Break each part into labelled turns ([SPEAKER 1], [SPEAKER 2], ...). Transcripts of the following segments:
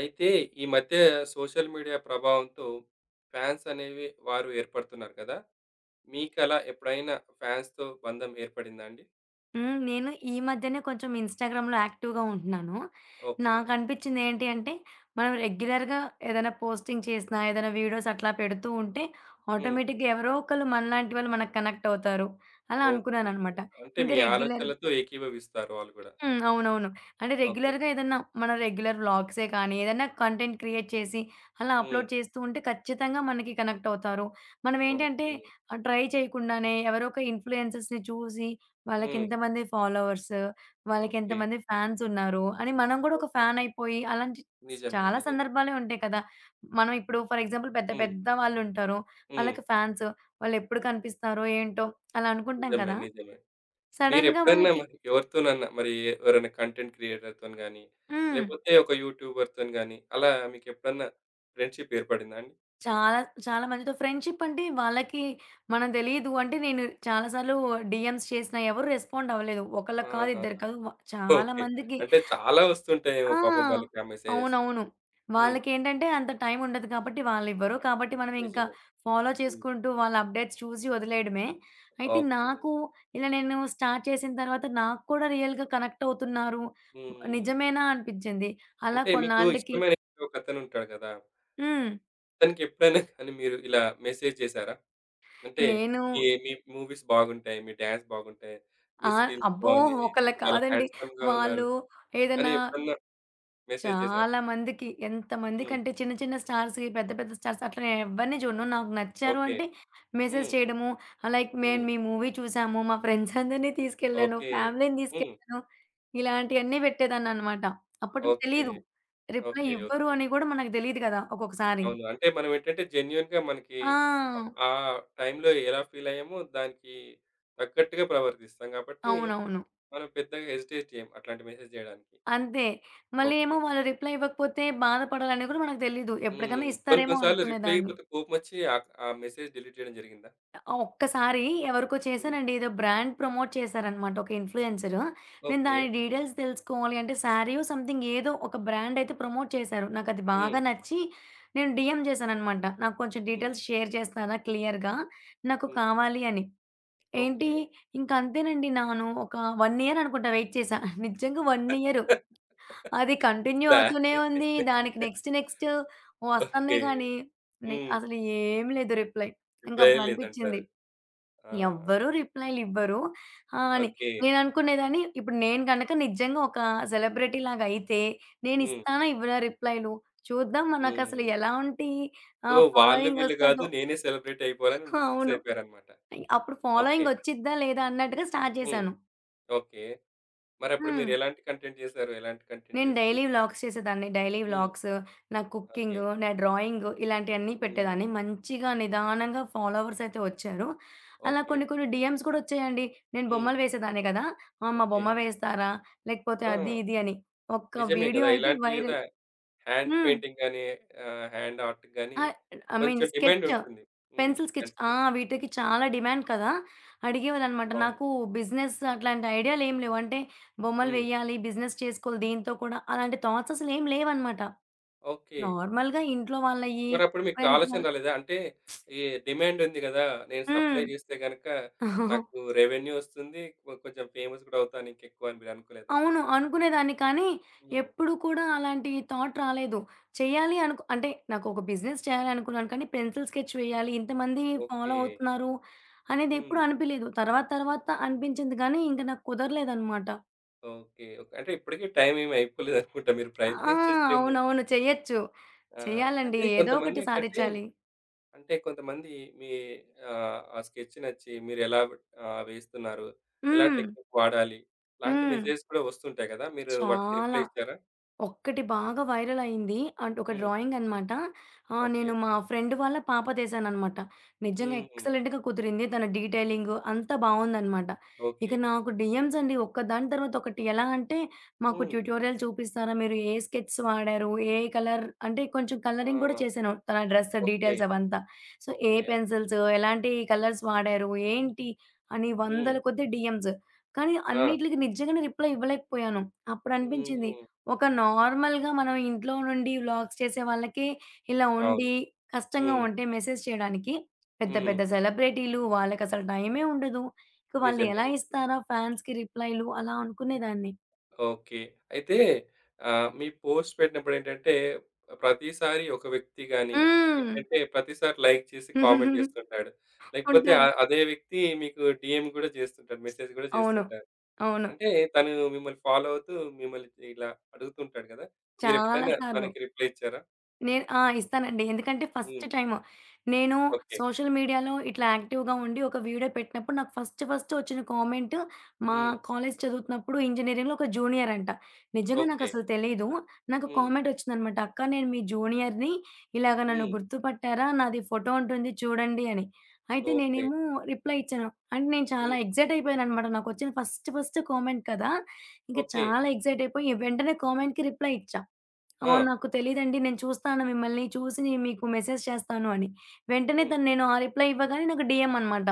[SPEAKER 1] అయితే ఈ మధ్య సోషల్ మీడియా ప్రభావంతో ఫ్యాన్స్ అనేవి వారు ఏర్పడుతున్నారు కదా! మీకు అలా ఎప్పుడైనా ఫ్యాన్స్‌తో బంధం ఏర్పడిందా అండి?
[SPEAKER 2] హ్మ్. నేను ఈ మధ్యనే కొంచెం ఇన్‌స్టాగ్రామ్‌లో యాక్టివ్‌గా ఉంటున్నాను.
[SPEAKER 1] ఓకే.
[SPEAKER 2] నాకనిపించింది ఏంటి అంటే, మనం రెగ్యులర్‌గా ఏదైనా పోస్టింగ్ చేసినా, ఏదైనా వీడియోస్ అట్లా పెడుతూ ఉంటే,
[SPEAKER 1] హ్మ్.
[SPEAKER 2] ఆటోమేటిక్‌గా ఎవరో ఒకళ్ళు మనలాంటి వాళ్ళు మనకు కనెక్ట్ అవుతారు. అలా
[SPEAKER 1] ఓకే.
[SPEAKER 2] అనుకున్నాననమాట.
[SPEAKER 1] అంటే
[SPEAKER 2] ఇంక
[SPEAKER 1] మీ
[SPEAKER 2] రెగ్యులర్
[SPEAKER 1] ఆలోచనలతో ఏకీభవిస్తారు వాళ్ళు గూడా.
[SPEAKER 2] హ్మ్. అవునవును. అంటే
[SPEAKER 1] ఓకే.
[SPEAKER 2] రెగ్యులర్‌గా ఏదన్నా మన రెగ్యులర్ వ్లాగ్సే కానీ, ఏదన్నా కంటెంట్ క్రియేట్ చేసి అలా
[SPEAKER 1] హ్మ్.
[SPEAKER 2] అప్‌లోడ్ చేస్తూ ఉంటే ఖచ్చితంగా మనకి కనెక్ట్ అవుతారు. మనమేంటంటే
[SPEAKER 1] ఓకే.
[SPEAKER 2] ట్రై చేయకుండానే ఎవరో ఒక ఇన్‌ఫ్లుయెన్సర్స్‌ని చూసి
[SPEAKER 1] హ్మ్.
[SPEAKER 2] వాళ్ళకెంతమంది ఫాలోవర్స్,
[SPEAKER 1] ఓకే.
[SPEAKER 2] వాళ్ళకెంతమంది ఫ్యాన్స్ ఉన్నారు అని మనం గూడా ఒక
[SPEAKER 1] ఓకే.
[SPEAKER 2] ఫ్యాన్ అయిపోయి అలాంటి
[SPEAKER 1] నిజమే.
[SPEAKER 2] చాలా
[SPEAKER 1] నిజమే.
[SPEAKER 2] సందర్భాలే ఉంటాయి కదా! మనం ఇప్పుడు ఫర్ ఎగ్జాంపుల్ పెద్ద
[SPEAKER 1] హ్మ్.
[SPEAKER 2] పెద్ద వాళ్ళుంటారు.
[SPEAKER 1] హ్మ్.
[SPEAKER 2] వాళ్ళకి ఫ్యాన్స్ వాళ్ళెప్పుడు కనిపిస్తారో ఏంటో అలా అనుకుంటాం
[SPEAKER 1] నిజమే.
[SPEAKER 2] కదా!
[SPEAKER 1] నిజమే.
[SPEAKER 2] సడెన్‌గా
[SPEAKER 1] మీరెప్పుడన్నా
[SPEAKER 2] మనకి
[SPEAKER 1] మరి ఎవరైనా కంటెంట్ క్రియేటర్‌తోని గాని,
[SPEAKER 2] హ్మ్.
[SPEAKER 1] లేపోతే ఒక యూట్యూబర్‌తోని గాని అలా మీకెప్పుడన్నా ఫ్రెండ్‌షిప్ ఏర్పడిందా అండి?
[SPEAKER 2] చాలా, చాలా మందితో ఫ్రెండ్‌షిప్ అంటే వాళ్ళకి మనం తెలీదు. అంటే నేను చాలా సార్లు డీఎమ్స్ చేసినా ఎవరు రెస్పాండ్ అవ్వలేదు.
[SPEAKER 1] ఆ!
[SPEAKER 2] ఒకళ్ళకి కాదు, ఇద్దరు కాదు. చాలా
[SPEAKER 1] ఓకే.
[SPEAKER 2] మందికి
[SPEAKER 1] అంటే చాలా వస్తుంటాయేమో
[SPEAKER 2] ఆ!
[SPEAKER 1] పాపం వాళ్ళకి ఆ మెసేజెస్.
[SPEAKER 2] అవునవును.
[SPEAKER 1] హ్మ్.
[SPEAKER 2] వాళ్ళకేంటంటే అంత టైం ఉండదు కాబట్టి వాళ్ళివ్వరు. కాబట్టి మనం ఇంకా
[SPEAKER 1] నిజమే.
[SPEAKER 2] ఫాలో
[SPEAKER 1] హ్మ్.
[SPEAKER 2] చేసుకుంటూ వాళ్ళ అప్డేట్స్ చూసి వదిలేయడమే. అయితే
[SPEAKER 1] ఓకే.
[SPEAKER 2] నాకు ఇలా నేను స్టార్ట్ చేసిన తర్వాత నాకు కూడా రియల్‌గా కనెక్ట్ అవుతున్నారు.
[SPEAKER 1] హ్మ్.
[SPEAKER 2] నిజమేనా అనిపించింది. అలా
[SPEAKER 1] అంటే మీకు
[SPEAKER 2] కొన్నాళ్ళకి
[SPEAKER 1] ఇష్టమైన ఒకతనుంటాడు కదా!
[SPEAKER 2] హ్మ్.
[SPEAKER 1] అతనికి ఎప్పుడైనా కానీ మీరు ఇలా మెసేజ్ చేసారా? అంటే
[SPEAKER 2] నేను
[SPEAKER 1] మీ మీ మూవీస్ బాగుంటాయి, మీ డాన్స్ బాగుంటాయి, మీ
[SPEAKER 2] ఆ!
[SPEAKER 1] స్కిల్స్
[SPEAKER 2] అబ్బో!
[SPEAKER 1] బాగున్నాయి, మీరు
[SPEAKER 2] ఒకళ్ళకి
[SPEAKER 1] చాలా
[SPEAKER 2] కాదండి.
[SPEAKER 1] హ్యాండ్సమ్‌గా ఉన్నారు
[SPEAKER 2] వాళ్ళు
[SPEAKER 1] అని
[SPEAKER 2] ఏదన్నా
[SPEAKER 1] ఎప్పుడన్నా మెసేజ్ చేసారా?
[SPEAKER 2] చాలా మందికి
[SPEAKER 1] హ్మ్.
[SPEAKER 2] ఎంతమందికంటే చిన్న చిన్న స్టార్స్‌కి, పెద్ద పెద్ద స్టార్స్ అట్లా నేను ఎవ్వరిని చూడను. నాకు నచ్చారు
[SPEAKER 1] ఓకే.
[SPEAKER 2] అంటే మెసేజ్
[SPEAKER 1] హ్మ్.
[SPEAKER 2] చేయడము, లైక్
[SPEAKER 1] హ్మ్.
[SPEAKER 2] మేము మీ మూవీ చూసాము, మా ఫ్రెండ్స్ అందరిని తీసుకెళ్ళాను,
[SPEAKER 1] ఓకే.
[SPEAKER 2] ఫ్యామిలీని
[SPEAKER 1] హ్మ్.
[SPEAKER 2] తీసుకెళ్ళాను. ఇలాంటియన్నీ పెట్టేదాన్ననమాట. అప్పట్లో
[SPEAKER 1] ఓకే.
[SPEAKER 2] తెలీదు. Reply
[SPEAKER 1] okay.
[SPEAKER 2] ఇవ్వరు
[SPEAKER 1] ఓకే.
[SPEAKER 2] అని కూడా మనకు తెలీదు కదా! ఒక్కొక్కసారి.
[SPEAKER 1] అవును. అంటే మనమేంటంటే జెన్యూన్‌గా మనకి
[SPEAKER 2] ఆ!
[SPEAKER 1] ఆ టైంలో ఎలా ఫీల్ అయ్యామో దానికి తగ్గట్టుగా ప్రవర్తిస్తాం కాబట్టి,
[SPEAKER 2] అవునవును.
[SPEAKER 1] మనం పెద్దగా హెసిటేట్ చేయం అట్లాంటి మెసేజ్ జేయడానికి.
[SPEAKER 2] అంతే. మళ్ళీ
[SPEAKER 1] ఓకే.
[SPEAKER 2] ఏమో వాళ్ళు రిప్లై ఇవ్వకపోతే బాధపడాలని కూడా మనకు తెలీదు.
[SPEAKER 1] హ్మ్.
[SPEAKER 2] ఎప్పటికన్నా
[SPEAKER 1] కొన్ని కొన్ని
[SPEAKER 2] ఇస్తారేమో
[SPEAKER 1] సార్లు రిప్లై
[SPEAKER 2] అనుకునేదాన్ని.
[SPEAKER 1] ఇవ్వకపోతే కోపమొచ్చి ఆ మెసేజ్ డిలీట్ చేయడం జరిగిందా?
[SPEAKER 2] ఆ! ఒక్కసారి ఎవరికో
[SPEAKER 1] హ్మ్.
[SPEAKER 2] చేశానండి. ఏదో బ్రాండ్ ప్రమోట్ చేశారనమాట ఒక ఇన్‌ఫ్లూయెన్సరు. నేను
[SPEAKER 1] ఓకే.
[SPEAKER 2] దాని డీటెయిల్స్ తెలుసుకోవాలి అంటే శారీయో సంథింగ్ ఏదో ఒక బ్రాండ్ అయితే ప్రమోట్ చేశారు. నాకది
[SPEAKER 1] హ్మ్.
[SPEAKER 2] బాగా నచ్చి నేను డీఎం చేశాననమాట. నాకు కొంచెం
[SPEAKER 1] హ్మ్.
[SPEAKER 2] డీటెయిల్స్ షేర్ చేస్తారా క్లియర్‌గా? నాకు
[SPEAKER 1] హ్మ్.
[SPEAKER 2] కావాలి అని. ఏంటి
[SPEAKER 1] ఓకే.
[SPEAKER 2] ఇంకంతేనండి నాను ఒక 1 ఇయర్ అనుకుంటా వెయిట్ చేశా. నిజంగా 1 ఇయరు. అది కంటిన్యూ అవుతూనే
[SPEAKER 1] సాడ్.
[SPEAKER 2] ఉంది. దానికి నెక్స్ట్ నెక్స్ట్
[SPEAKER 1] ఓకే.
[SPEAKER 2] వస్తన్నాయి గానీ,
[SPEAKER 1] హ్మ్.
[SPEAKER 2] అసలు ఏం లేదు రిప్లై.
[SPEAKER 1] రిప్లైయే
[SPEAKER 2] ఇంకప్పుడు
[SPEAKER 1] లేదంటారు.
[SPEAKER 2] అనిపిచ్చింది
[SPEAKER 1] ఆ!
[SPEAKER 2] ఎవ్వరు రిప్లైలివ్వరు. ఆ! అని
[SPEAKER 1] ఓకే.
[SPEAKER 2] నేననుకునేదాన్ని ఇప్పుడు నేను గనక నిజంగా ఒక సెలబ్రిటీలాగా అయితే
[SPEAKER 1] హ్మ్.
[SPEAKER 2] నేనిస్తానా? ఇవ్వనా? రిప్లైలు? చూద్దాం మనకసలు
[SPEAKER 1] హ్మ్.
[SPEAKER 2] ఎలాంటి
[SPEAKER 1] సో, వాళ్ళు వీళ్ళు గాదు.
[SPEAKER 2] ఫాలోయింగొస్తదో.
[SPEAKER 1] నేనే సెలబ్రిటీ అయిపోవాలని ఫిక్స్
[SPEAKER 2] అవును.
[SPEAKER 1] అయిపోయారన్నమాట.
[SPEAKER 2] అప్పుడు
[SPEAKER 1] ఓకే.
[SPEAKER 2] ఫాలోయింగొచ్చిద్దా? లేదా? అన్నట్టుగా స్టార్ట్
[SPEAKER 1] హ్మ్.
[SPEAKER 2] చేశాను.
[SPEAKER 1] ఓకే. మరప్పుడు
[SPEAKER 2] హ్మ్.
[SPEAKER 1] మీరెలాంటి కంటెంట్ చేశారు? ఎలాంటి కంటెంట్
[SPEAKER 2] నేను
[SPEAKER 1] చేస్తూ
[SPEAKER 2] డైలీ వ్లాగ్స్ చేసేదాన్ని. డైలీ
[SPEAKER 1] హ్మ్.
[SPEAKER 2] వ్లాగ్స్, నా
[SPEAKER 1] ఓకే.
[SPEAKER 2] కుకింగు, నా డ్రాయింగు ఇలాంటియన్నీ
[SPEAKER 1] హ్మ్.
[SPEAKER 2] పెట్టేదాన్ని. మంచిగా నిదానంగా ఫాలోవర్స్ అయితే వచ్చారు. అలా
[SPEAKER 1] ఓకే.
[SPEAKER 2] కొన్ని కొన్ని డీఎమ్స్ కూడా వచ్చాయండి. నేను
[SPEAKER 1] హ్మ్.
[SPEAKER 2] బొమ్మలు వేసేదాన్ని కదా! ఆ! మా
[SPEAKER 1] ఓకే.
[SPEAKER 2] బొమ్మ వేస్తారా? లేకపోతే అది
[SPEAKER 1] ఆ!
[SPEAKER 2] ఇది అని. ఒక్క
[SPEAKER 1] నిజమే
[SPEAKER 2] వీడియో
[SPEAKER 1] గదా!
[SPEAKER 2] అయితే
[SPEAKER 1] ఇలాంటి ఏదా
[SPEAKER 2] వైరల్.
[SPEAKER 1] హ్యాండ్
[SPEAKER 2] హ్మ్.
[SPEAKER 1] పెయింటింగ్ గాని, హ్యాండ్ ఆర్ట్‌కి గాని
[SPEAKER 2] ఆహ్, ఐ మీన్
[SPEAKER 1] కొంచెం డిమాండ్
[SPEAKER 2] స్కెచ్.
[SPEAKER 1] ఉంటుంది. హ్మ్.
[SPEAKER 2] Pencil sketch.
[SPEAKER 1] హ్యాండ్
[SPEAKER 2] ఆ!
[SPEAKER 1] స్కెచ్.
[SPEAKER 2] వీటికి చాలా డిమాండ్ కదా! అడిగేవాళ్ళనమాట.
[SPEAKER 1] అవును.
[SPEAKER 2] నాకు బిజినెస్ అట్లాంటి ఐడియాలేం లేవు. అంటే బొమ్మలు
[SPEAKER 1] హ్మ్.
[SPEAKER 2] వేయాలి, బిజినెస్ చేసుకోవాలి దీంతో కూడా అలాంటి థాట్స్ అసలేం లేవనమాట.
[SPEAKER 1] ఓకే.
[SPEAKER 2] నార్మల్‌గా ఇంట్లో వాళ్ళయి,
[SPEAKER 1] మరప్పుడు మీకు
[SPEAKER 2] ఫ్రెండ్స్
[SPEAKER 1] ఆలోచన
[SPEAKER 2] వాళ్ళు
[SPEAKER 1] రాలేదా? అంటే ఈ డిమాండ్ ఉంది గదా! నేను సప్లై
[SPEAKER 2] హ్మ్.
[SPEAKER 1] చేస్తే గనక నాకు రెవెన్యూ వస్తుంది. కొంచెం ఫేమస్ కూడా అవుతాను ఇంకెక్కువ అని మీరనుకోలేదా?
[SPEAKER 2] అవును. అనుకునేదాన్ని కానీ,
[SPEAKER 1] హ్మ్.
[SPEAKER 2] ఎప్పుడు కూడా అలాంటి థాట్ రాలేదు. చేయాలి అనుకు అంటే నాకొక బిజినెస్ చేయాలి అనుకున్నాను కానీ, పెన్సిల్ స్కెచ్ వేయాలి, ఇంతమంది ఫాలో
[SPEAKER 1] ఓకే.
[SPEAKER 2] అవుతున్నారు అనేది
[SPEAKER 1] హ్మ్.
[SPEAKER 2] ఎప్పుడు అనిపియలేదు. తర్వాత తర్వాత
[SPEAKER 1] హ్మ్.
[SPEAKER 2] అనిపించింది కానీ, ఇంక నాకు కుదరలేదనమాట.
[SPEAKER 1] ఓకే. ఓకే. అంటే ఇప్పటికి టైం ఏమి అయిపోలేదనుకుంటా. మీరు
[SPEAKER 2] ఆ!
[SPEAKER 1] ప్రయత్నించచ్చేమో.
[SPEAKER 2] అవునవును. చెయ్యొచ్చు.
[SPEAKER 1] ఆ!
[SPEAKER 2] చెయ్యాలండి.
[SPEAKER 1] అంటే
[SPEAKER 2] ఏదో ఒకటి
[SPEAKER 1] కొంతమందేంటంటే
[SPEAKER 2] సాధిచ్చాలి.
[SPEAKER 1] అంటే కొంతమంది మీ ఆ స్కెచ్ నచ్చి మీరెలా వేస్తున్నారు? ఎలా
[SPEAKER 2] హ్మ్.
[SPEAKER 1] టెక్నిక్ వాడాలి? ఇలాంటి
[SPEAKER 2] హ్మ్.
[SPEAKER 1] మెసేజెస్ కూడా వస్తుంటాయి గదా! మీరు వాటికి రిప్లై
[SPEAKER 2] చాలా.
[SPEAKER 1] ఇచ్చారా?
[SPEAKER 2] ఒక్కటి బాగా వైరల్ అయింది. అంటే ఒక
[SPEAKER 1] హ్మ్.
[SPEAKER 2] డ్రాయింగ్ అనమాట.
[SPEAKER 1] ఓకే.
[SPEAKER 2] నేను మా ఫ్రెండ్ వాళ్ళ పాపదేశాననమాట. నిజంగా
[SPEAKER 1] హ్మ్.
[SPEAKER 2] ఎక్సలెంట్‌గా కుదిరింది. తన డీటెయిలింగ్ అంతా బావుందనమాట. ఇక
[SPEAKER 1] ఓకే.
[SPEAKER 2] నాకు డీఎమ్స్ అండి. ఒక్కదాని తర్వాత ఒకటి. ఎలా అంటే మాకు
[SPEAKER 1] హ్మ్.
[SPEAKER 2] ట్యుటోరియల్ చూపిస్తారా? మీరు ఏ స్కెచ్స్ వాడారు? ఏ కలర్ అంటే కొంచెం కలరింగ్
[SPEAKER 1] ఆ!
[SPEAKER 2] గూడా చేశాను. తన డ్రెస్
[SPEAKER 1] ఓకే.
[SPEAKER 2] డీటెయిల్స్ అవంతా. సో, ఏ
[SPEAKER 1] ఓకే.
[SPEAKER 2] పెన్సిల్స్, ఎలాంటి కలర్స్ వాడారు? ఏంటి? అని
[SPEAKER 1] హ్మ్.
[SPEAKER 2] వందల కొద్దీ డీఎమ్స్. కానీ
[SPEAKER 1] ఆ!
[SPEAKER 2] అన్నిట్లికి నిజంగానే రిప్లై ఇవ్వలేకపోయాను. అప్పుడనిపించింది
[SPEAKER 1] హ్మ్.
[SPEAKER 2] ఒక నార్మల్‌గా మనం ఇంట్లో నుండి వ్లాగ్స్ చేసే వాళ్ళకి ఇలా
[SPEAKER 1] అవును.
[SPEAKER 2] ఉండి, కష్టంగా
[SPEAKER 1] హ్మ్.
[SPEAKER 2] ఉంటే మెసేజ్ చేయడానికి పెద్ద
[SPEAKER 1] హ్మ్.
[SPEAKER 2] పెద్ద సెలబ్రిటీలు వాళ్ళకసలు టైమే ఉండదు. ఇక వాళ్ళు
[SPEAKER 1] నిజమే.
[SPEAKER 2] ఎలా
[SPEAKER 1] నిజమే.
[SPEAKER 2] ఇస్తారా ఫ్యాన్స్‌కి రిప్లైలు అలా అనుకునేదాన్ని.
[SPEAKER 1] ఓకే. అయితే మీ పోస్ట్ పెట్టినప్పుడేంటంటే ప్రతిసారి ఒక వ్యక్తి గాని
[SPEAKER 2] హ్మ్.
[SPEAKER 1] ఏంటంటే ప్రతిసారి లైక్ చేసి కామెంట్ చేస్తుంటాడు. లేకపోతే
[SPEAKER 2] ఉంటారు.
[SPEAKER 1] అదే వ్యక్తి మీకు డీఎం గూడా చేస్తుంటాడు. మెసేజ్ గూడా
[SPEAKER 2] అవును.
[SPEAKER 1] చేస్తుంటారు.
[SPEAKER 2] అవును.
[SPEAKER 1] అంటే తను మిమ్మల్ని ఫాలో అవుతూ మిమ్మల్ని ఇలా అడుగుతుంటాడు గదా!
[SPEAKER 2] చాలా
[SPEAKER 1] మీరెప్పుడైనా
[SPEAKER 2] సార్లు.
[SPEAKER 1] తనకి రిప్లై ఇచ్చారా?
[SPEAKER 2] నేను ఆ! ఇస్తానండి. ఎందుకంటే
[SPEAKER 1] హ్మ్.
[SPEAKER 2] First time. నేను
[SPEAKER 1] ఓకే.
[SPEAKER 2] సోషల్ మీడియాలో ఇట్లా యాక్టివ్‌గా ఉండి ఒక వీడియో పెట్టినప్పుడు నాకు ఫస్ట్ ఫస్ట్ వచ్చిన కామెంట్ మా
[SPEAKER 1] హ్మ్.
[SPEAKER 2] కాలేజ్ చదువుతున్నప్పుడు ఇంజినీరింగ్‌లో ఒక జూనియర్ అంట. నిజంగా
[SPEAKER 1] ఓకే.
[SPEAKER 2] నాకసలు తెలీదు. నాకు
[SPEAKER 1] హ్మ్.
[SPEAKER 2] కామెంట్ వచ్చిందనమాట. "అక్క నేను మీ జూనియర్‌ని. ఇలాగ నన్ను
[SPEAKER 1] హ్మ్.
[SPEAKER 2] గుర్తుపట్టారా? నాది ఫోటో ఉంటుంది చూడండి" అని. అయితే
[SPEAKER 1] ఓకే.
[SPEAKER 2] నేనేమో రిప్లై ఇచ్చాను. అంటే నేను చాలా
[SPEAKER 1] హ్మ్.
[SPEAKER 2] ఎక్సైట్ అయిపోయాననమాట. నాకొచ్చిన ఫస్ట్ ఫస్ట్ కామెంట్ కదా! ఇంక
[SPEAKER 1] ఓకే.
[SPEAKER 2] చాలా ఎక్సైట్ అయిపోయి వెంటనే కామెంట్‌కి రిప్లై ఇచ్చా.
[SPEAKER 1] ఆ!
[SPEAKER 2] అవును. నాకు తెలీదండి. నేను చూస్తాను మిమ్మల్ని. చూసి నే మీకు మెసేజ్ చేస్తాను అని. వెంటనే
[SPEAKER 1] హ్మ్.
[SPEAKER 2] తను నేను ఆ రిప్లై ఇవ్వగానే నాకు డీఎం అనమాట.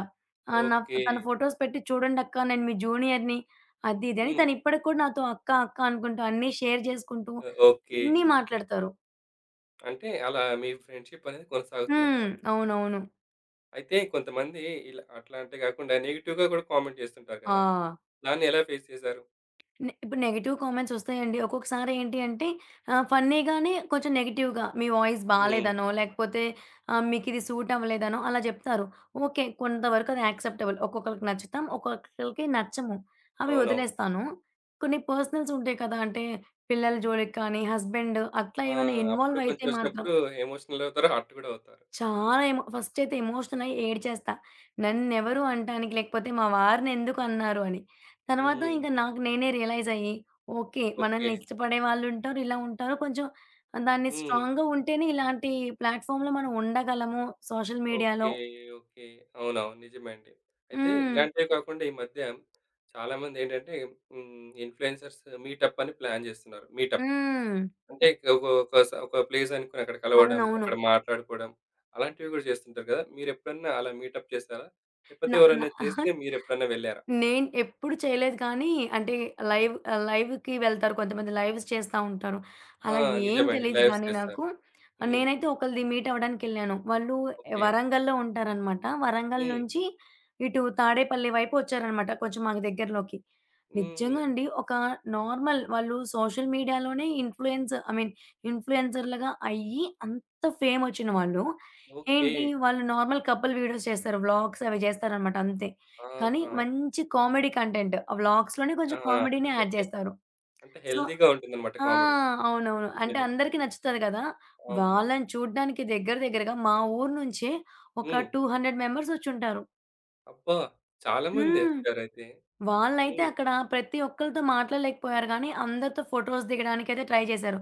[SPEAKER 2] ఆహ్, నా
[SPEAKER 1] ఓకే.
[SPEAKER 2] తన ఫోటోస్ పెట్టి చూడండక్కా నేను మీ జూనియర్‌ని అది ఇది అని
[SPEAKER 1] హ్మ్.
[SPEAKER 2] తను ఇప్పటికి కూడా నాతో అక్క, అక్క అనుకుంటూ అన్నీ షేర్ చేసుకుంటూ
[SPEAKER 1] ఓకే.
[SPEAKER 2] అన్నీ మాట్లాడతారు.
[SPEAKER 1] అంటే అలా మీ ఫ్రెండ్‌షిప్ అనేది
[SPEAKER 2] హ్మ్.
[SPEAKER 1] కొనసాగుతుందంటారు.
[SPEAKER 2] అవునవును.
[SPEAKER 1] అయితే కొంతమంది ఇలా అట్లా అంటే కాకుండా నెగెటివ్‌గా కూడా కామెంట్ చేస్తుంటారు
[SPEAKER 2] ఆ!
[SPEAKER 1] కదా! దాన్ని ఎలా ఫేస్ చేశారు?
[SPEAKER 2] ఇప్పుడు నెగెటివ్ కామెంట్స్ ఒస్తాయండి. ఒక్కొక్కసారి ఏంటి అంటే ఫన్నీగానే కొంచెం నెగెటివ్‌గా మీ వాయిస్
[SPEAKER 1] హ్మ్.
[SPEAKER 2] బాలేదనో, లేకపోతే మీకిది సూట్ అవ్వలేదనో అలా జెప్తారు. ఓకే. కొంతవరకు అది యాక్సెప్టబుల్. ఒక్కొక్కళ్ళకి నచ్చుతాం. ఒక్కొక్కళ్ళకి నచ్చము. అవి
[SPEAKER 1] అవునవును.
[SPEAKER 2] వదిలేస్తాను. కొన్ని పర్సనల్స్ ఉంటాయి కదా! అంటే పిల్లల జోలికి కానీ, హస్బెండ్ అట్లా
[SPEAKER 1] ఆ!
[SPEAKER 2] ఏమైనా
[SPEAKER 1] అప్పుడు
[SPEAKER 2] ఇన్వాల్వ్ అయితే
[SPEAKER 1] కొంచెం
[SPEAKER 2] మాత్రం
[SPEAKER 1] వచ్చినప్పుడు ఎమోషనల్ అవుతారు. హర్ట్ కూడా అవుతారు.
[SPEAKER 2] చాలా ఫస్ట్ అయితే ఎమోషనల్ అయ్యి ఏడ్చేస్తా. నన్నెవరు అనటానికి లేకపోతే మా వారిని ఎందుకు అన్నారు అని. తర్వాత
[SPEAKER 1] హ్మ్.
[SPEAKER 2] ఇంక నాకు నేనే రియలైజ్ అయ్యి ఓకే.
[SPEAKER 1] ఓకే.
[SPEAKER 2] మనల్ని ఇష్టపడే వాళ్ళుంటారు. ఇలా ఉంటారు. కొంచెం దాన్ని
[SPEAKER 1] హ్మ్.
[SPEAKER 2] స్ట్రాంగ్‌గా ఉంటేనే ఇలాంటి ప్లాట్‌ఫామ్‌లో మనం ఉండగలము. Social
[SPEAKER 1] okay.
[SPEAKER 2] మీడియాలో.
[SPEAKER 1] ఓకే. అవునవును. నిజమే అండి. అయితే
[SPEAKER 2] హ్మ్.
[SPEAKER 1] ఇలాంటివే కాకుండా ఈ మధ్య చాలామందేంటంటే హ్మ్. ఇన్‌ఫ్లుయెన్సర్స్ మీటప్ అని ప్లాన్ జేస్తున్నారు. మీటప్
[SPEAKER 2] హ్మ్.
[SPEAKER 1] అంటే ఒక ఒక స ఒక ప్లేస్ అనుకుని అక్కడ కలవడం,
[SPEAKER 2] అవునవును.
[SPEAKER 1] అక్కడ మాట్లాడుకోవడం అలాంటివి గూడా చేస్తుంటారు గదా! మీరెప్పుడన్నా అలా మీటప్ చేసారా? లేకపోతే
[SPEAKER 2] నా నా
[SPEAKER 1] ఎవరైనా చేస్తే మీరెప్పుడన్నా వెళ్లారా?
[SPEAKER 2] నేను ఎప్పుడు చేయలేదు కానీ, అంటే లైవ్‌కి వెళ్తారు కొంతమంది లైవ్స్ చేస్తా ఉంటారు.
[SPEAKER 1] ఆ!
[SPEAKER 2] అలా ఏం
[SPEAKER 1] నిజమండి.
[SPEAKER 2] తెలీదు
[SPEAKER 1] లైవ్స్
[SPEAKER 2] గానీ
[SPEAKER 1] చేస్తారు.
[SPEAKER 2] నాకు. ఆ,
[SPEAKER 1] హ్మ్.
[SPEAKER 2] నేనైతే ఒకళ్ళది మీట్ అవ్వడానికెళ్ళాను. వాళ్ళు
[SPEAKER 1] ఓకే.
[SPEAKER 2] వరంగల్‌లో ఉంటారనమాట. వరంగల్
[SPEAKER 1] హ్మ్.
[SPEAKER 2] నుంచి ఇటు తాడేపల్లి వైపు వచ్చారనమాట కొంచెం మాకు దగ్గరలోకి.
[SPEAKER 1] హ్మ్.
[SPEAKER 2] నిజంగా అండి ఒక నార్మల్ వాళ్ళు సోషల్ మీడియాలోనే ఇన్‌ఫ్లూయెన్స్ ఐ మీన్ ఇన్‌ఫ్లూయెన్సర్‌లుగా అయ్యి అంత ఫేమొచ్చిన వాళ్ళు.
[SPEAKER 1] ఓకే.
[SPEAKER 2] ఏంటి వాళ్ళు నార్మల్ కపుల్ వీడియోస్ చేస్తారు. వ్లాగ్స్ అవి చేస్తారనమాట అంతే. కానీ
[SPEAKER 1] ఆహా!
[SPEAKER 2] మంచి కామెడీ కంటెంట్. ఆ వ్లాగ్స్‌లోనే
[SPEAKER 1] ఆ!
[SPEAKER 2] కొంచెం కామెడీని
[SPEAKER 1] అంటే
[SPEAKER 2] యాడ్ చేస్తారు.
[SPEAKER 1] అంటే
[SPEAKER 2] సో
[SPEAKER 1] హెల్తీగా ఉంటుందన్నమాట
[SPEAKER 2] ఆ!
[SPEAKER 1] కామెడీ.
[SPEAKER 2] అవునవును. అంటే
[SPEAKER 1] నిజమే.
[SPEAKER 2] అందరికీ నచ్చుతది కదా!
[SPEAKER 1] అవును.
[SPEAKER 2] వాళ్ళని చూడ్డానికి దగ్గర దగ్గరగా మా ఊరు నుంచే ఒక
[SPEAKER 1] హ్మ్.
[SPEAKER 2] 200 మెంబర్స్ వచ్చుంటారు.
[SPEAKER 1] అబ్బా! చాలా మందే
[SPEAKER 2] హ్మ్.
[SPEAKER 1] వచ్చారైతే.
[SPEAKER 2] వాళ్ళైతే
[SPEAKER 1] హ్మ్.
[SPEAKER 2] అక్కడ ప్రతి ఒక్కళ్ళతో మాట్లాడలేకపోయారు గానీ, అందరితో ఫోటోస్ దిగడానికైతే ట్రై చేశారు.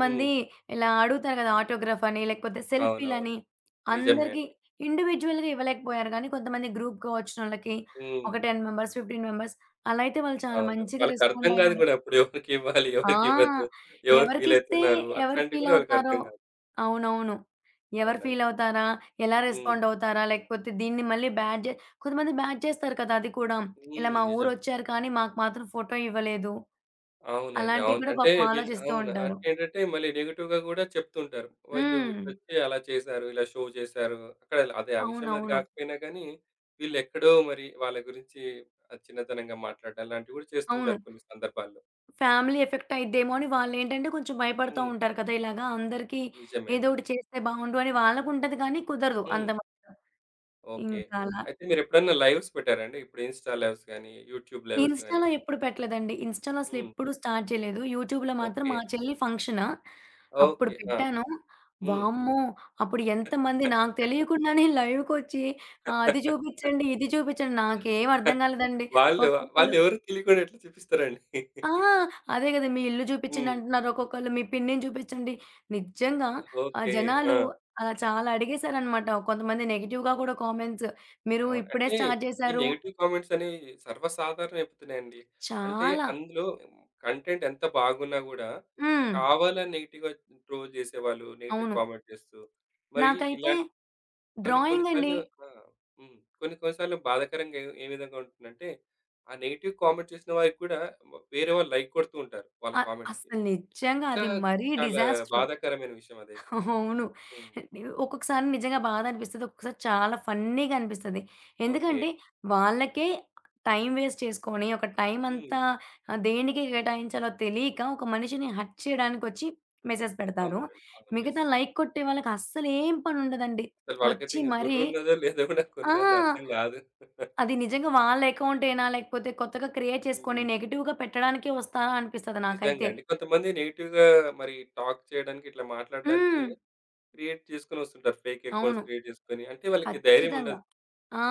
[SPEAKER 1] హ్మ్.
[SPEAKER 2] ఇలా అడుగుతారు కదా! ఆటోగ్రాఫ్ అని, లేకపోతే
[SPEAKER 1] అవునవును.
[SPEAKER 2] సెల్ఫీలని.
[SPEAKER 1] నిజమే
[SPEAKER 2] అందరికి
[SPEAKER 1] అండి.
[SPEAKER 2] ఇండివిడ్యుయల్‌గా ఇవ్వలేకపోయారు గానీ, కొంతమంది గ్రూప్‌గా వచ్చినోళ్ళకి
[SPEAKER 1] హ్మ్.
[SPEAKER 2] ఒక 10 మెంబర్స్, 15 మెంబర్స్ అలా అయితే వాళ్ళు చాలా
[SPEAKER 1] అవును.
[SPEAKER 2] మంచిగా
[SPEAKER 1] వాళ్ళకర్థం
[SPEAKER 2] రెస్పాండ్
[SPEAKER 1] కాదు
[SPEAKER 2] అయ్యారు.
[SPEAKER 1] గూడా అప్పుడు ఎవరికివ్వాలి,
[SPEAKER 2] ఆ!
[SPEAKER 1] ఎవరికివ్వద్దు, ఎవరు
[SPEAKER 2] ఎవరికిస్తే
[SPEAKER 1] ఫీలయితున్నారు
[SPEAKER 2] ఎవరు
[SPEAKER 1] అట్లాంటివి గూడా
[SPEAKER 2] ఫీలవుతారో.
[SPEAKER 1] వాళ్ళకర్థం కాదు.
[SPEAKER 2] అవునవును. ఎవరు
[SPEAKER 1] అవునండి.
[SPEAKER 2] ఫీలవుతారా? ఎలా
[SPEAKER 1] హ్మ్.
[SPEAKER 2] రెస్పాండవుతారా? లేకపోతే దీన్ని మళ్ళీ బ్యాడ్ జే కొంతమంది బ్యాడ్ చేస్తారు కదా! అది కూడా. ఇలా
[SPEAKER 1] హ్మ్.
[SPEAKER 2] మా
[SPEAKER 1] నిజమే.
[SPEAKER 2] ఊరొచ్చారు కానీ మాకు మాత్రం ఫోటో ఇవ్వలేదు.
[SPEAKER 1] అవునండి.
[SPEAKER 2] అలాంటివి
[SPEAKER 1] అవును.
[SPEAKER 2] కూడా
[SPEAKER 1] అంటే
[SPEAKER 2] పాపం
[SPEAKER 1] వీళ్ళు
[SPEAKER 2] ఆలోచిస్తూ
[SPEAKER 1] అవును.
[SPEAKER 2] ఉంటారు.
[SPEAKER 1] అంటే ఏంటంటే మళ్ళీ నెగెటివ్‌గా గూడా చెప్తుంటారు. వీళ్ళు
[SPEAKER 2] హ్మ్.
[SPEAKER 1] ఇటొచ్చి అలా చేశారు, ఇలా షో చేశారు. అక్కడ అదే ఆ విషయం అది
[SPEAKER 2] అవునవును.
[SPEAKER 1] కాకపోయినా కానీ వీళ్ళెక్కడో మరి వాళ్ళ గురించి చిన్నతనంగా మాట్లాడడం లాంటివి గూడా
[SPEAKER 2] అవును.
[SPEAKER 1] చేస్తుంటారు కొన్ని సందర్భాల్లో.
[SPEAKER 2] ఫ్యామిలీ ఎఫెక్టయిద్దేమో అని వాళ్ళేంటంటే కొంచెం భయపడతా
[SPEAKER 1] హ్మ్.
[SPEAKER 2] ఉంటారు కదా! ఇలాగా అందరికీ
[SPEAKER 1] నిజమే
[SPEAKER 2] ఏదో
[SPEAKER 1] అండి.
[SPEAKER 2] ఒకటి చేస్తే బావుండు అని వాళ్ళకుంటది కానీ కుదరదు
[SPEAKER 1] హ్మ్.
[SPEAKER 2] అంతమందికి.
[SPEAKER 1] ఓకే.
[SPEAKER 2] ఇంకా అలా
[SPEAKER 1] అయితే మీరెప్పుడన్నా లైవ్స్ పెట్టారా అండి? ఇప్పుడు ఇన్‌స్టా లైవ్స్ గాని, యూట్యూబ్ లైవ్స్ గాని.
[SPEAKER 2] ఇన్‌స్టా‌లో ఎప్పుడు పెట్టలేదండి. ఇన్‌స్టా‌లో
[SPEAKER 1] హ్మ్.
[SPEAKER 2] అసలెప్పుడు స్టార్ట్ చేయలేదు. యూట్యూబ్‌లో మాత్రం
[SPEAKER 1] ఓకే.
[SPEAKER 2] మా చెల్లి ఫంక్షను, అప్పుడు
[SPEAKER 1] ఓకే. ఆ!
[SPEAKER 2] పెట్టాను.
[SPEAKER 1] హ్మ్.
[SPEAKER 2] వామ్మో! అప్పుడు ఎంతమంది నాకు తెలియకుండానే లైవ్‌కొచ్చి అది చూపిచ్చండి, ఇది చూపిచ్చండి నాకేం అర్థం కాలేదండి.
[SPEAKER 1] వాళ్ళు
[SPEAKER 2] ఒక్కొక్కళ్ళు
[SPEAKER 1] వాళ్ళెవరో తెలియకుండా ఎట్లా చూపిస్తారండి.
[SPEAKER 2] ఆ! అదే కదా! మీ ఇల్లు చూపిచ్చండి
[SPEAKER 1] హ్మ్.
[SPEAKER 2] అంటున్నారు. ఒక్కొక్కళ్ళు మీ పిన్నిని చూపిచ్చండి. నిజంగా ఆ
[SPEAKER 1] ఓకే.
[SPEAKER 2] జనాలు
[SPEAKER 1] ఆ!
[SPEAKER 2] అలా చాలా అడిగేశారనమాట. కొంతమంది నెగెటివ్‌గా కూడా కామెంట్స్. మీరు
[SPEAKER 1] అవును.
[SPEAKER 2] ఇప్పుడే
[SPEAKER 1] అంటే
[SPEAKER 2] స్టార్ట్
[SPEAKER 1] ఈ
[SPEAKER 2] చేశారు.
[SPEAKER 1] నెగెటివ్ కామెంట్స్ అనేవి సర్వసాధారణం అయిపోతున్నాయండి. అంటే
[SPEAKER 2] చాలా.
[SPEAKER 1] అందులో కంటెంట్ ఎంత బాగున్నా గూడా
[SPEAKER 2] హ్మ్.
[SPEAKER 1] కావాలని నెగెటివ్‌గా ట్రోల్ చేసేవాళ్ళు, నెగెటివ్
[SPEAKER 2] అవును.
[SPEAKER 1] కామెంట్ చేస్తూ. మరి
[SPEAKER 2] నాకైతే
[SPEAKER 1] ఇలాంటి కొన్ని కొన్ని
[SPEAKER 2] డ్రాయింగ్ అండి.
[SPEAKER 1] సార్లు ఆ! హ్మ్. కొన్ని కొన్ని సార్లు బాధాకరంగా ఏ ఏ విధంగా ఉంటుందంటే, ఆ నెగెటివ్ కామెంట్ చేసిన వారికి కూడా వేరే వాళ్ళు లైక్ కొడుతూ ఉంటారు. వాళ్ళ
[SPEAKER 2] అ
[SPEAKER 1] కామెంట్స్‌కి.
[SPEAKER 2] అస్సలు
[SPEAKER 1] అది
[SPEAKER 2] నిజంగా
[SPEAKER 1] ఇంకా
[SPEAKER 2] అది మరీ
[SPEAKER 1] చాలా
[SPEAKER 2] డిజాస్టర్.
[SPEAKER 1] బాధాకరమైన విషయం అదైతే.
[SPEAKER 2] అవును.
[SPEAKER 1] హ్మ్.
[SPEAKER 2] ఒక్కొక్కసారి నిజంగా బాధ అనిపిస్తది. ఒక్కొక్కసారి చాలా ఫన్నీగా అనిపిస్తది.
[SPEAKER 1] ఓకే.
[SPEAKER 2] ఎందుకంటే వాళ్ళకే టైం వేస్ట్ చేసుకొని, ఒక టైం
[SPEAKER 1] హ్మ్.
[SPEAKER 2] అంతా దేనికి కేటాయించాలో తెలియక ఒక మనిషిని హర్ట్ చేయడానికొచ్చి మెసేజ్ పెడతారు.
[SPEAKER 1] అవునండి. అవును. యెస్.
[SPEAKER 2] మిగతా లైక్ కొట్టే వాళ్ళకి అస్సలు ఏం పనుండదండి.
[SPEAKER 1] అసలు వాళ్ళకైతే
[SPEAKER 2] వచ్చి
[SPEAKER 1] ఇంక బుర్ర
[SPEAKER 2] మరీ
[SPEAKER 1] ఉన్నదో లేదో కూడా
[SPEAKER 2] ఆ!
[SPEAKER 1] కొన్ని సార్లు అర్థం కాదు.
[SPEAKER 2] అది నిజంగా వాళ్ళ అకౌంటేనా? లేకపోతే కొత్తగా క్రియేట్ చేసుకొని
[SPEAKER 1] హ్మ్.
[SPEAKER 2] నెగెటివ్‌గా పెట్టడానికే వస్తారా అనిపిస్తది
[SPEAKER 1] నిజంగా
[SPEAKER 2] నాకైతే.
[SPEAKER 1] అండి. కొంతమంది నెగెటివ్‌గా మరి టాక్ చేయడానికి, ఇట్లా మాట్లాడడానికి
[SPEAKER 2] హ్మ్.
[SPEAKER 1] క్రియేట్ చేసుకొని వస్తుంటారు. ఫేక్ అకౌంట్స్
[SPEAKER 2] అవును.
[SPEAKER 1] క్రియేట్ చేసుకొని. అంటే వాళ్ళకి ధైర్యం
[SPEAKER 2] ఖచ్చితంగా.
[SPEAKER 1] ఉండదు.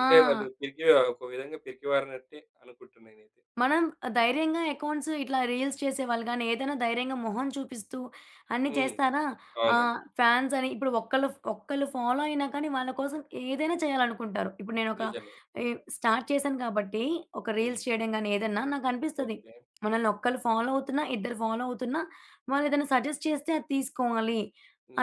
[SPEAKER 1] అంటే వాళ్ళు పిరికి ఒక విధంగా పిరికివారినట్టే అనుకుంటున్నా నేనైతే.
[SPEAKER 2] మనం ధైర్యంగా అకౌంట్స్ ఇట్లా రీల్స్ చేసేవాళ్ళు గానీ, ఏదైనా ధైర్యంగా మొహం చూపిస్తూ అన్నీ
[SPEAKER 1] హ్మ్.
[SPEAKER 2] చేస్తారా?
[SPEAKER 1] అవునండి.
[SPEAKER 2] ఫాన్స్ అని ఇప్పుడు ఒక్కళ్ళు ఒక్కళ్ళు ఫాలో అయినా కానీ వాళ్ళ కోసం ఏదైనా చేయాలనుకుంటారు. ఇప్పుడు నేనొక
[SPEAKER 1] నిజమే.
[SPEAKER 2] ఈ స్టార్ట్ చేశాను కాబట్టి, ఒక
[SPEAKER 1] హ్మ్.
[SPEAKER 2] రీల్స్ చేయడం గానీ ఏదన్నా నాకనిపిస్తది.
[SPEAKER 1] ఓకే.
[SPEAKER 2] మనల్ని ఒక్కళ్ళు ఫాలో అవుతున్నా, ఇద్దరు ఫాలో అవుతున్నా వాళ్ళేదైనా సజెస్ట్ చేస్తే అది తీసుకోవాలి.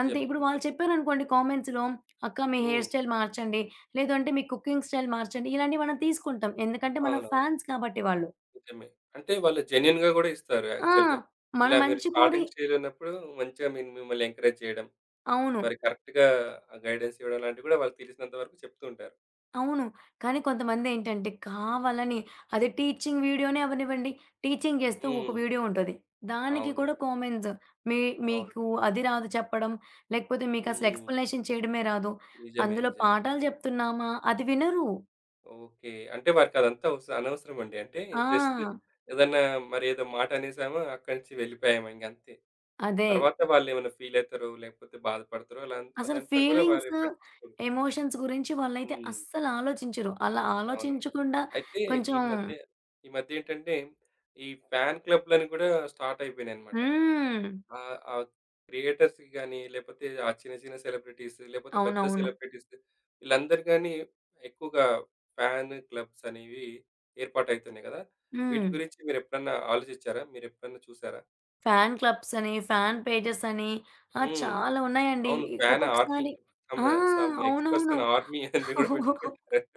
[SPEAKER 2] అంతే. ఇప్పుడు వాళ్ళు
[SPEAKER 1] నిజమే.
[SPEAKER 2] చెప్పారనుకోండి కామెంట్స్‌లో, "అక్క మీ హెయిర్
[SPEAKER 1] హ్మ్.
[SPEAKER 2] స్టైల్ మార్చండి. లేదంటే మీ కుకింగ్ స్టైల్ మార్చండి." ఇలాంటివి మనం తీసుకుంటాం. ఎందుకంటే మన
[SPEAKER 1] అవునవును.
[SPEAKER 2] ఫాన్స్ కాబట్టి వాళ్ళు.
[SPEAKER 1] నిజమే. అంటే వాళ్ళు జెన్యూన్‌గా గూడా ఇస్తారు
[SPEAKER 2] ఆ!
[SPEAKER 1] యాక్చువల్‌గా.
[SPEAKER 2] మన
[SPEAKER 1] ఇలా మీరు
[SPEAKER 2] మంచి కోరి
[SPEAKER 1] స్టార్టింగ్ స్టేజ్‌లో ఉన్నప్పుడు మంచిగా మిమ్మల్ని ఎంకరేజ్ చేయడం,
[SPEAKER 2] అవును.
[SPEAKER 1] మరి కరెక్ట్‌గా ఆ గైడెన్స్ ఇవ్వడం లాంటివి గూడా వాళ్ళు తెలిసినంత వరకు చెప్తూ ఉంటారు.
[SPEAKER 2] అవును. కానీ
[SPEAKER 1] హ్మ్.
[SPEAKER 2] కొంతమందేంటంటే కావాలని అది టీచింగ్ వీడియోనే అవ్వనివ్వండి, టీచింగ్ చేస్తూ ఒక
[SPEAKER 1] హ్మ్.
[SPEAKER 2] వీడియో ఉంటది. దానికి కూడా
[SPEAKER 1] అవునండి.
[SPEAKER 2] కామెంట్స్. మీ
[SPEAKER 1] అవును.
[SPEAKER 2] మీకు అది రాదు చెప్పడం, లేకపోతే మీకసలు
[SPEAKER 1] హ్మ్.
[SPEAKER 2] ఎక్స్‌ప్లనేషన్ చేయడమే రాదు.
[SPEAKER 1] నిజమే.
[SPEAKER 2] అందులో
[SPEAKER 1] నిజమే.
[SPEAKER 2] పాఠాలు చెప్తున్నామా? అది వినరు.
[SPEAKER 1] ఓకే. అంటే వారికదంతా అనవసరమండి. అంటే జస్ట్
[SPEAKER 2] ఆ!
[SPEAKER 1] ఏదన్నా మరి ఏదో మాట అనేసామా అక్కడి నుంచి వెళ్ళిపోయాము ఇంగంతే.
[SPEAKER 2] అదే.
[SPEAKER 1] తర్వాత వాళ్ళేమైనా ఫీలయితారో, లేకపోతే బాధపడతారో అలా
[SPEAKER 2] అసలు
[SPEAKER 1] అదంతా కూడా వారు
[SPEAKER 2] ఫీలింగ్స్,
[SPEAKER 1] పట్టించుకోరు.
[SPEAKER 2] ఎమోషన్స్ గురించి వాళ్ళైతే
[SPEAKER 1] హ్మ్.
[SPEAKER 2] అస్సలు ఆలోచించరు. అలా
[SPEAKER 1] అవునండి.
[SPEAKER 2] ఆలోచించకుండా
[SPEAKER 1] అయితే
[SPEAKER 2] కొంచెం
[SPEAKER 1] ఈ మధ్య ఈ మధ్యేంటంటే ఈ ఫ్యాన్ క్లబ్‌లని కూడా స్టార్ట్ అయిపోయినాయన్నమాట.
[SPEAKER 2] హ్మ్.
[SPEAKER 1] ఆ! ఆ క్రియేటర్స్‌కి గాని, లేపోతే ఆ చిన్న చిన్న సెలబ్రిటీస్, లేపోతే పెద్ద
[SPEAKER 2] అవునవును.
[SPEAKER 1] సెలబ్రిటీస్ వీళ్ళందరూ గాని ఎక్కువగా ఫ్యాన్ క్లబ్స్ అనేవి ఏర్పాటైతున్నాయి గదా! వీటి
[SPEAKER 2] హ్మ్.
[SPEAKER 1] గురించి మీరెప్పుడన్నా ఆలోచించారా? మీరెప్పుడన్నా చూసారా?
[SPEAKER 2] ఫ్యాన్ క్లబ్స్ అని, ఫ్యాన్ పేజెస్ అని ఆ!
[SPEAKER 1] హ్మ్.
[SPEAKER 2] చాలా ఉన్నాయండి.
[SPEAKER 1] అవును. Fan army.
[SPEAKER 2] ఒక్కొక్కసారి
[SPEAKER 1] సమ్
[SPEAKER 2] ఆ!
[SPEAKER 1] సమ్ ఎక్స్‌పర్ట్స్
[SPEAKER 2] అవునవును.
[SPEAKER 1] అన్ ఆర్మీ అని గూడా పెట్టుకుంటారు.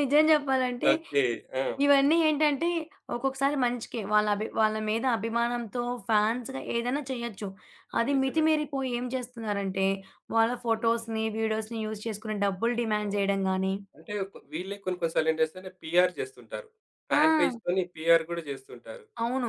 [SPEAKER 2] నిజం చెప్పాలంటే
[SPEAKER 1] ఓకే. ఆ!
[SPEAKER 2] ఇవన్నీ ఏంటంటే ఒక్కొక్కసారి మంచికే. వాళ్ళ మీద అభిమానంతో ఫాన్స్‌గా ఏదైనా చేయొచ్చు.
[SPEAKER 1] ఆ!
[SPEAKER 2] అది
[SPEAKER 1] నిజమే అండి.
[SPEAKER 2] మితిమీరిపోయి ఏం చేస్తున్నారంటే వాళ్ళ
[SPEAKER 1] హ్మ్.
[SPEAKER 2] ఫోటోస్‌ని, వీడియోస్‌ని యూజ్ చేసుకొని డబ్బులు డిమాండ్
[SPEAKER 1] అవును.
[SPEAKER 2] చేయడం గాని
[SPEAKER 1] అంటే వీళ్ళే కొన్ని కొన్ని సార్లేంటి చేస్తారంటే పీఆర్ చేస్తుంటారు.
[SPEAKER 2] ఆ!
[SPEAKER 1] ఫ్యాన్ పేజ్‌తోని పీఆర్ గూడా చేస్తుంటారు.
[SPEAKER 2] అవును.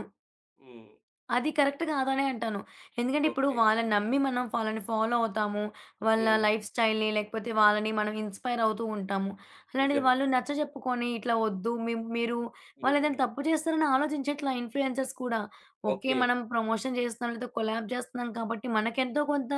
[SPEAKER 1] హ్మ్.
[SPEAKER 2] అది కరెక్ట్ కాదనే అంటాను. ఎందుకంటే ఇప్పుడు
[SPEAKER 1] ఓకే.
[SPEAKER 2] వాళ్ళని నమ్మి మనం వాళ్ళని ఫాలో అవుతాము. వాళ్ళ
[SPEAKER 1] హ్మ్.
[SPEAKER 2] లైఫ్ స్టైల్‌ని లేకపోతే వాళ్ళని మనం ఇన్‌స్పైర్ అవుతూ ఉంటాము. అలాంటిది
[SPEAKER 1] నిజమే.
[SPEAKER 2] వాళ్ళు నచ్చ చెప్పుకొని ఇట్లా వద్దు మీరు
[SPEAKER 1] హ్మ్.
[SPEAKER 2] వాళ్ళేదైనా తప్పు చేస్తారని ఆలోచించట్లా ఇన్‌ఫ్లుయెన్సర్స్ కూడా. ఓకే.
[SPEAKER 1] ఓకే.
[SPEAKER 2] మనం ప్రమోషన్ చేస్తున్నాం లేదా కొలాబ్ చేస్తున్నాం కాబట్టి మనకెంతో కొంత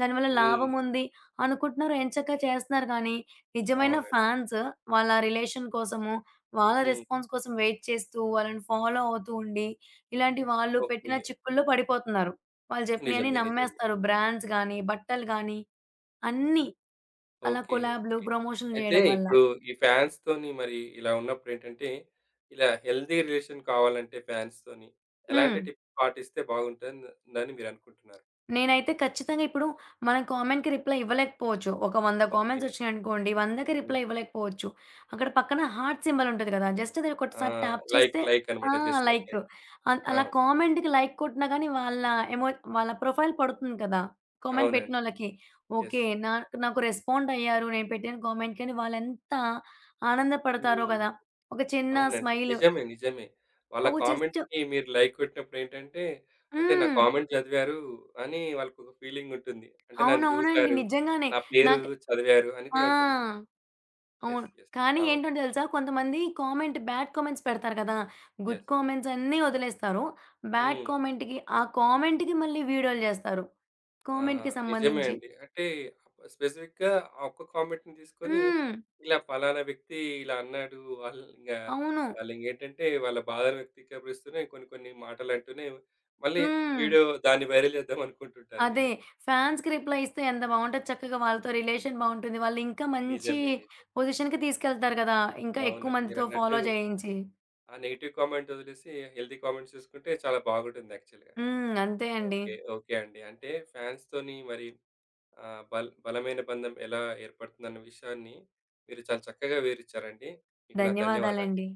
[SPEAKER 2] దానివల్ల
[SPEAKER 1] హ్మ్.
[SPEAKER 2] లాభం ఉంది అనుకుంటున్నారు. ఎంచక్కా చేస్తున్నారు కానీ నిజమైన
[SPEAKER 1] అవునండి.
[SPEAKER 2] ఫ్యాన్స్ వాళ్ళ రిలేషన్ కోసము, వాళ్ళ
[SPEAKER 1] హ్మ్.
[SPEAKER 2] రెస్పాన్స్ కోసం వెయిట్ చేస్తూ వాళ్ళని ఫాలో అవుతూ ఉండి ఇలాంటి వాళ్ళు
[SPEAKER 1] ఓకే.
[SPEAKER 2] పెట్టిన చిక్కుల్లో పడిపోతున్నారు. వాళ్ళు చెప్పినయన్ని
[SPEAKER 1] నిజమే. నిజమే.
[SPEAKER 2] నమ్మేస్తారు. బ్రాండ్స్ గాని, బట్టలు గాని అన్నీ అలా
[SPEAKER 1] ఓకే.
[SPEAKER 2] కొలాబ్‌లు,
[SPEAKER 1] ఓకే.
[SPEAKER 2] ప్రమోషన్‌లు
[SPEAKER 1] అయితే
[SPEAKER 2] జేయడం వల్ల.
[SPEAKER 1] ఇప్పుడు ఈ ఫ్యాన్స్‌తోని మరి ఇలా ఉన్నప్పుడేంటంటే, ఇలా హెల్తీ రిలేషన్ కావాలంటే ఫ్యాన్స్‌తోని ఎలాంటి
[SPEAKER 2] హ్మ్.
[SPEAKER 1] టిప్ పాటిస్తే బాగుంటుందని మీరనుకుంటున్నారు?
[SPEAKER 2] నేనైతే ఖచ్చితంగా ఇప్పుడు మన కామెంట్‌కి రిప్లై ఇవ్వలేకపోవచ్చు. ఒక 100
[SPEAKER 1] ఓకే.
[SPEAKER 2] కామెంట్స్ వచ్చినాయనుకోండి, 100కి రిప్లై
[SPEAKER 1] హ్మ్.
[SPEAKER 2] ఇవ్వలేకపోవచ్చు. అక్కడ పక్కన హార్ట్ సింబల్ ఉంటది కదా! జస్ట్ అది
[SPEAKER 1] ఆ!
[SPEAKER 2] ఒకటిసారి ట్యాప్
[SPEAKER 1] లైక్
[SPEAKER 2] చేస్తే
[SPEAKER 1] లైక్
[SPEAKER 2] ఆ!
[SPEAKER 1] అన్నమాట. Just like
[SPEAKER 2] like
[SPEAKER 1] like.
[SPEAKER 2] అన్
[SPEAKER 1] ఆ!
[SPEAKER 2] అలా కామెంట్‌కి లైక్ కొట్టినా గానీ వాళ్ళ ఎమో వాళ్ళ ప్రొఫైల్ పడుతుంది కదా! కామెంట్
[SPEAKER 1] అవునండి.
[SPEAKER 2] పెట్టినోళ్ళకి.
[SPEAKER 1] యెస్.
[SPEAKER 2] ఓకే. నాకు నాకు రెస్పాండ్ అయ్యారు. నేను పెట్టిన కామెంట్‌కి అని వాళ్ళెంత ఆనందపడతారో
[SPEAKER 1] హ్మ్.
[SPEAKER 2] కదా! ఒక చిన్న
[SPEAKER 1] అవునండి.
[SPEAKER 2] స్మైల్.
[SPEAKER 1] నిజమే. నిజమే. వాళ్ళ
[SPEAKER 2] ఒక జస్ట్
[SPEAKER 1] కామెంట్‌కి మీరు లైక్ కొట్టినప్పుడేంటంటే, అంటే నా
[SPEAKER 2] హ్మ్.
[SPEAKER 1] కామెంట్ చదివారు అని వాళ్ళకొక ఫీలింగుంటుంది. అంటే నన్ను
[SPEAKER 2] అవునవునండి.
[SPEAKER 1] చూసారు,
[SPEAKER 2] నిజంగానే.
[SPEAKER 1] నా పేరు
[SPEAKER 2] నాకు
[SPEAKER 1] చదివారు అని
[SPEAKER 2] ఆ!
[SPEAKER 1] కూడా ఉంటుంది గదా! యెస్.
[SPEAKER 2] అవును.
[SPEAKER 1] యెస్.
[SPEAKER 2] కానీ
[SPEAKER 1] అవును.
[SPEAKER 2] ఏంటో తెలుసా? కొంతమంది కామెంట్ బ్యాడ్ కామెంట్స్ పెడతారు కదా! Good
[SPEAKER 1] yes.
[SPEAKER 2] కామెంట్స్ అన్నీ వదిలేస్తారు. బ్యాడ్
[SPEAKER 1] హ్మ్.
[SPEAKER 2] కామెంట్‌కి ఆ కామెంట్‌కి మళ్ళీ వీడియోలు చేస్తారు.
[SPEAKER 1] ఆ!
[SPEAKER 2] కామెంట్‌కి
[SPEAKER 1] నిజమే
[SPEAKER 2] సంబంధించి.
[SPEAKER 1] అండి. అంటే స్పెసిఫిక్‌గా ఆ ఒక్క కామెంట్‌ని తీసుకొని
[SPEAKER 2] హ్మ్.
[SPEAKER 1] ఇలా పలానా వ్యక్తి ఇలా అన్నాడు. వాళ్ళు ఇంగ
[SPEAKER 2] అవును.
[SPEAKER 1] వాళ్ళింగేంటంటే వాళ్ళ బాధను వ్యక్తీకరిస్తూనే కొన్ని కొన్ని మాటలంటూనే మళ్ళీ
[SPEAKER 2] హ్మ్.
[SPEAKER 1] వీడియో దాన్ని వైరల్ చేద్దాం అనుకుంటుంటారు
[SPEAKER 2] అదే.
[SPEAKER 1] వీళ్ళు.
[SPEAKER 2] ఫ్యాన్స్‌కి రిప్లై ఇస్తే ఎంత బావుంటది. చక్కగా వాళ్ళతో రిలేషన్ బావుంటుంది. వాళ్ళు ఇంకా మంచి
[SPEAKER 1] నిజమే. నిజమే.
[SPEAKER 2] పొజిషన్‌కి తీసుకెళ్తారు కదా! ఇంకా
[SPEAKER 1] అవును.
[SPEAKER 2] ఎక్కువ మందితో
[SPEAKER 1] మీరన్నట్టు
[SPEAKER 2] ఫాలో చేయించి.
[SPEAKER 1] ఆ నెగెటివ్ కామెంట్ వదిలేసి హెల్తీ కామెంట్స్ చూసుకుంటే చాలా బాగుంటుంది యాక్చువల్‌గా.
[SPEAKER 2] హ్మ్. అంతే అండి.
[SPEAKER 1] ఓకే. ఓకే అండి. అంటే ఫ్యాన్స్‌తోని మరి ఆహ్, బల్ బలమైన బంధం ఎలా ఏర్పడుతుందన్న విషయాన్ని మీరు చాలా చక్కగా వివరించారండి. మీకు నా ధన్యవాదాలు.
[SPEAKER 2] ధన్యవాదాలండి.